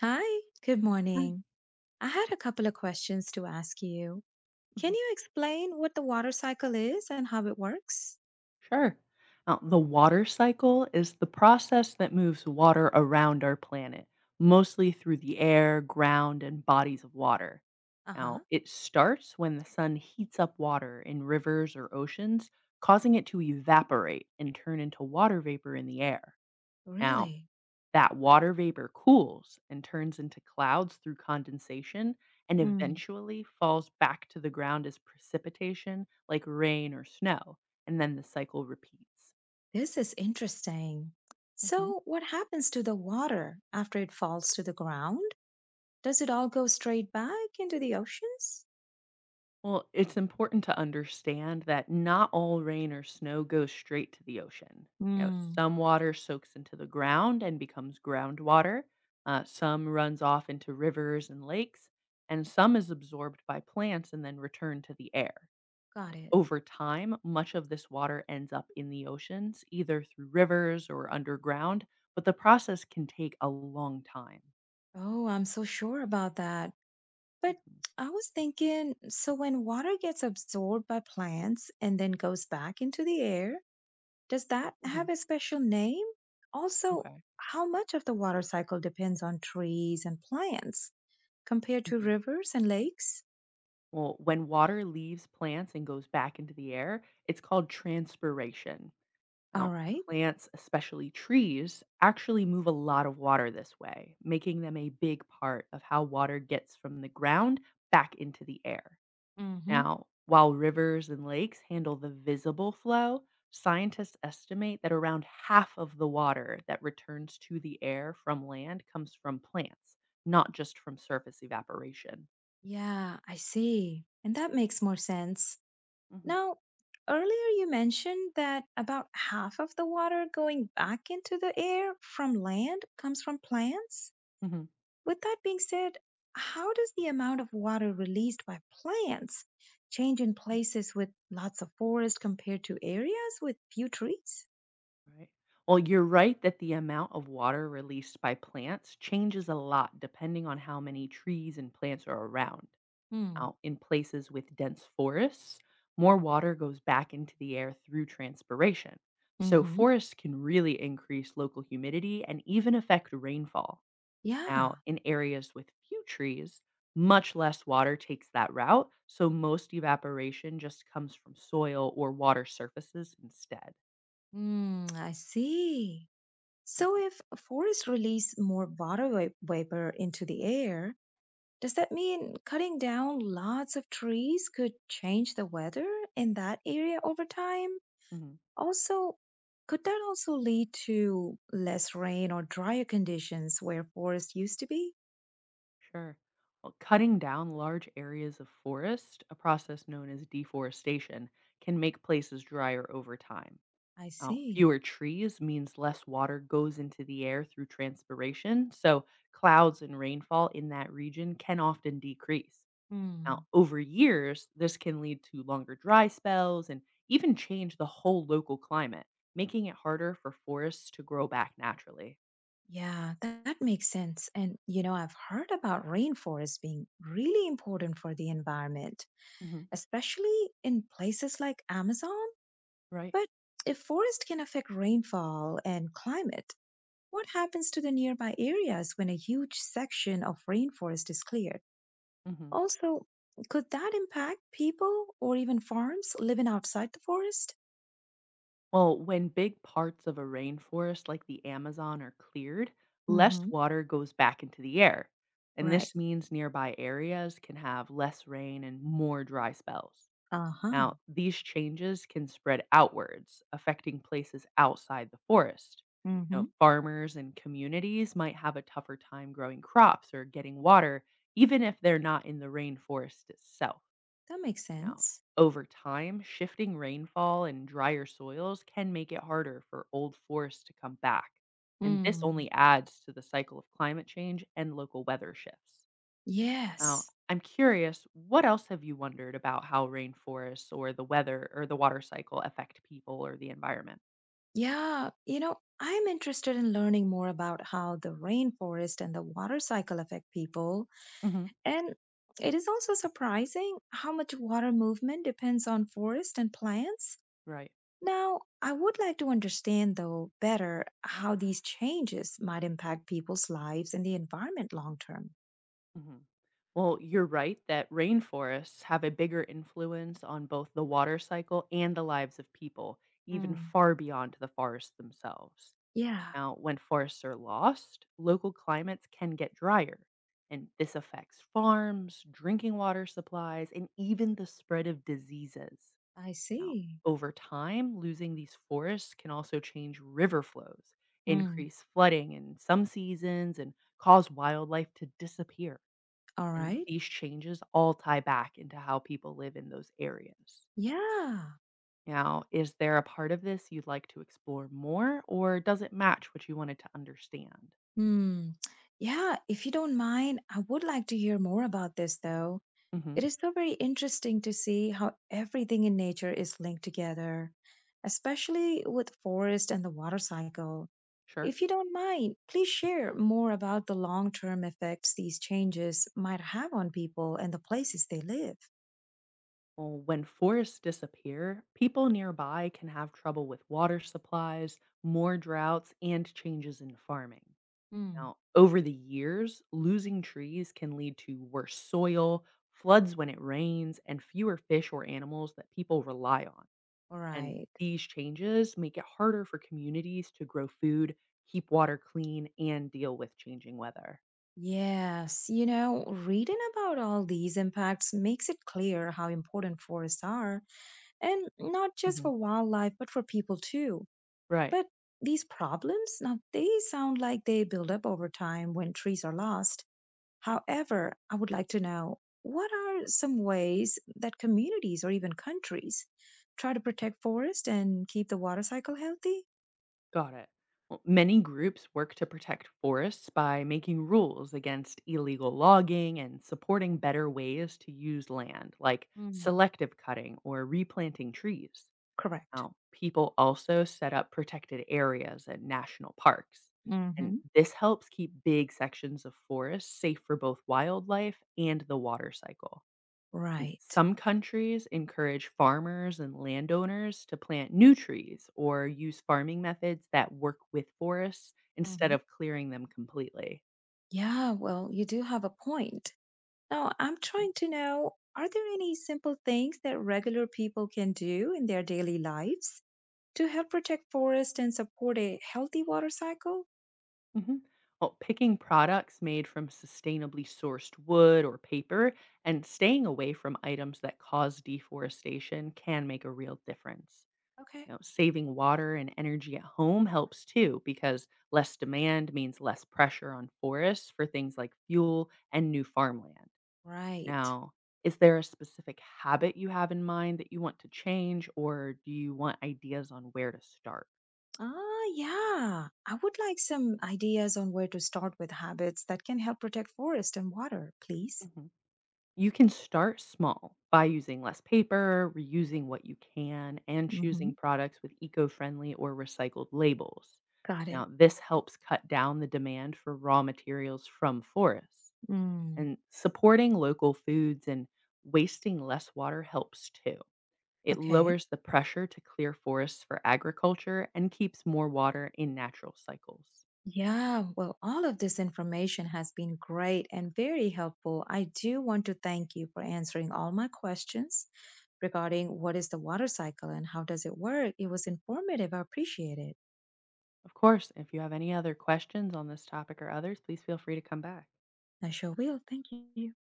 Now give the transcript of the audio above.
Hi, good Mm, morning. I had a couple of questions to ask you. Can mhm. you explain what the water cycle is and how it works? Sure. Now, the water cycle is the process that moves water around our planet, mostly through the air, ground, and bodies of water. Uh huh. Now, it starts when the sun heats up water in rivers or oceans, causing it to evaporate and turn into water vapor in the air. Now, Really? that water vapor cools and turns into clouds through condensation and Mm, eventually falls back to the ground as precipitation, like rain or snow, and then the cycle repeats. this is interesting. Hmm. So, what happens to the water after it falls to the ground? Does it all go straight back into the oceans? Well, it's important to understand that not all rain or snow goes straight to the ocean. Hmm, Some water soaks into the ground and becomes groundwater. Some runs off into rivers and lakes, and some is absorbed by plants and then returned to the air. got it. Over time, much of this water ends up in the oceans, either through rivers or underground, but the process can take a long time. Oh, I'm so sure about that. But I was thinking so, when water gets absorbed by plants and then goes back into the air, does that Hmm. have a special name? Also, Okay. how much of the water cycle depends on trees and plants compared to Hmm. rivers and lakes? Well, when water leaves plants and goes back into the air, it's called transpiration. All Now, right. plants, especially trees, actually move a lot of water this way, making them a big part of how water gets from the ground back into the air. Hmm. Now, while rivers and lakes handle the visible flow, scientists estimate that around half of the water that returns to the air from land comes from plants, not just from surface evaporation. Yeah, I see. And that makes more sense. Hmm. Now, earlier you mentioned that about half of the water going back into the air from land comes from plants. Hmm. With that being said, how does the amount of water released by plants change in places with lots of forest compared to areas with few trees? Right. Well, you're right that the amount of water released by plants changes a lot depending on how many trees and plants are around. Hmm. Now, in places with dense forests, more water goes back into the air through transpiration. So, Mm-hmm. forests can really increase local humidity and even affect rainfall. Now, Yeah. in areas with few trees, much less water takes that route, so most evaporation just comes from soil or water surfaces instead. Mm, I see. Mhm. So if forests release more water vapor into the air, does that mean cutting down lots of trees could change the weather in that area over time? Mhm. Also, could that also lead to less rain or drier conditions where forests used to be? Sure. Well, cutting down large areas of forest, a process known as deforestation, can make places drier over time. I Oh, see. fewer trees means less water goes into the air through transpiration, so clouds and rainfall in that region can often decrease. Now, Hmm. over years, this can lead to longer dry spells and even change the whole local climate, making it harder for forests to grow back naturally. Yeah, that makes sense. And you know, I've heard about rainforests being really important for the environment, Hmm. especially in places like Amazon. Right. But if forest can affect rainfall and climate, what happens to the nearby areas when a huge section of rainforest is cleared? Hmm. Also, could that impact people or even farms living outside the forest? Well, when big parts of a rainforest like the Amazon are cleared, less Mm-hmm. water goes back into the air. And Right. this means nearby areas can have less rain and more dry spells. Uh huh. Now, these changes can spread outwards, affecting places outside the forest. Mm-hmm. Now, farmers and communities might have a tougher time growing crops or getting water, even if they're not in the rainforest itself. That makes Now, sense. over time, shifting rainfall and drier soils can make it harder for old forests to come back. And this Mm. only adds to the cycle of climate change and local weather shifts. Now, Yes. I'm curious, what else have you wondered about how rainforests or the weather or the water cycle affect people or the environment? Yeah. You know, I'm interested in learning more about how the rainforest and the water cycle affect people. Hmm. And it is also surprising how much water movement depends on forest and plants. Right. Now, I would like to understand, though, better how these changes might impact people's lives and the environment long term. Hmm. Well, you're right that rainforests have a bigger influence on both the water cycle and the lives of people, even Mm. far beyond the forests themselves. Yeah, Now, when forests are lost, local climates can get drier, and this affects farms, drinking water supplies, and even the spread of diseases. I Now, see. over time, losing these forests can also change river flows, Mm. increase flooding in some seasons, and cause wildlife to disappear. All And right. these changes all tie back into how people live in those areas. Yeah. Now, is there a part of this you'd like to explore more, or does it match what you wanted to understand? Hmm. Yeah, if you don't mind, I would like to hear more about this, though. Hmm. It is so very interesting to see how everything in nature is linked together, especially with forest and the water cycle. Sure. If you don't mind, please share more about the long-term effects these changes might have on people and the places they live. Well, when forests disappear, people nearby can have trouble with water supplies, more droughts, and changes in farming. Hmm. Now, over the years, losing trees can lead to worse soil, floods when it rains, and fewer fish or animals that people rely on. All And right. these changes make it harder for communities to grow food, keep water clean, and deal with changing weather. Yes, you know, reading about all these impacts makes it clear how important forests are, and not just Hmm. for wildlife, but for people too. Right. But these problems, now they sound like they build up over time when trees are lost. However, I would like to know what are some ways that communities or even countries try to protect forests and keep the water cycle healthy? Got it. Well, many groups work to protect forests by making rules against illegal logging and supporting better ways to use land, like Mm. selective cutting or replanting trees. Correct. Now, people also set up protected areas at national parks. And Mm-hmm. this helps keep big sections of forests safe for both wildlife and the water cycle. And Right. some countries encourage farmers and landowners to plant new trees or use farming methods that work with forests instead Mm-hmm. of clearing them completely. Yeah, well, you do have a point. Now, I'm trying to know, are there any simple things that regular people can do in their daily lives to help protect forests and support a healthy water cycle? Hmm. Well, picking products made from sustainably sourced wood or paper and staying away from items that cause deforestation can make a real difference. Okay. Saving water and energy at home helps too because less demand means less pressure on forests for things like fuel and new farmland. Right. Now, is there a specific habit you have in mind that you want to change, or do you want ideas on where to start? Ah, yeah. I would like some ideas on where to start with habits that can help protect forest and water, please. Mhm. You can start small by using less paper, reusing what you can, and Hmm. choosing products with eco friendly or recycled labels. Got it. Now, this helps cut down the demand for raw materials from forests, Mm, and supporting local foods and wasting less water helps too. It okay. lowers the pressure to clear forests for agriculture and keeps more water in natural cycles. Yeah, well, all of this information has been great and very helpful. I do want to thank you for answering all my questions regarding what is the water cycle and how does it work. It was informative. I appreciate it. Of course, if you have any other questions on this topic or others, please feel free to come back. I sure will. Thank you.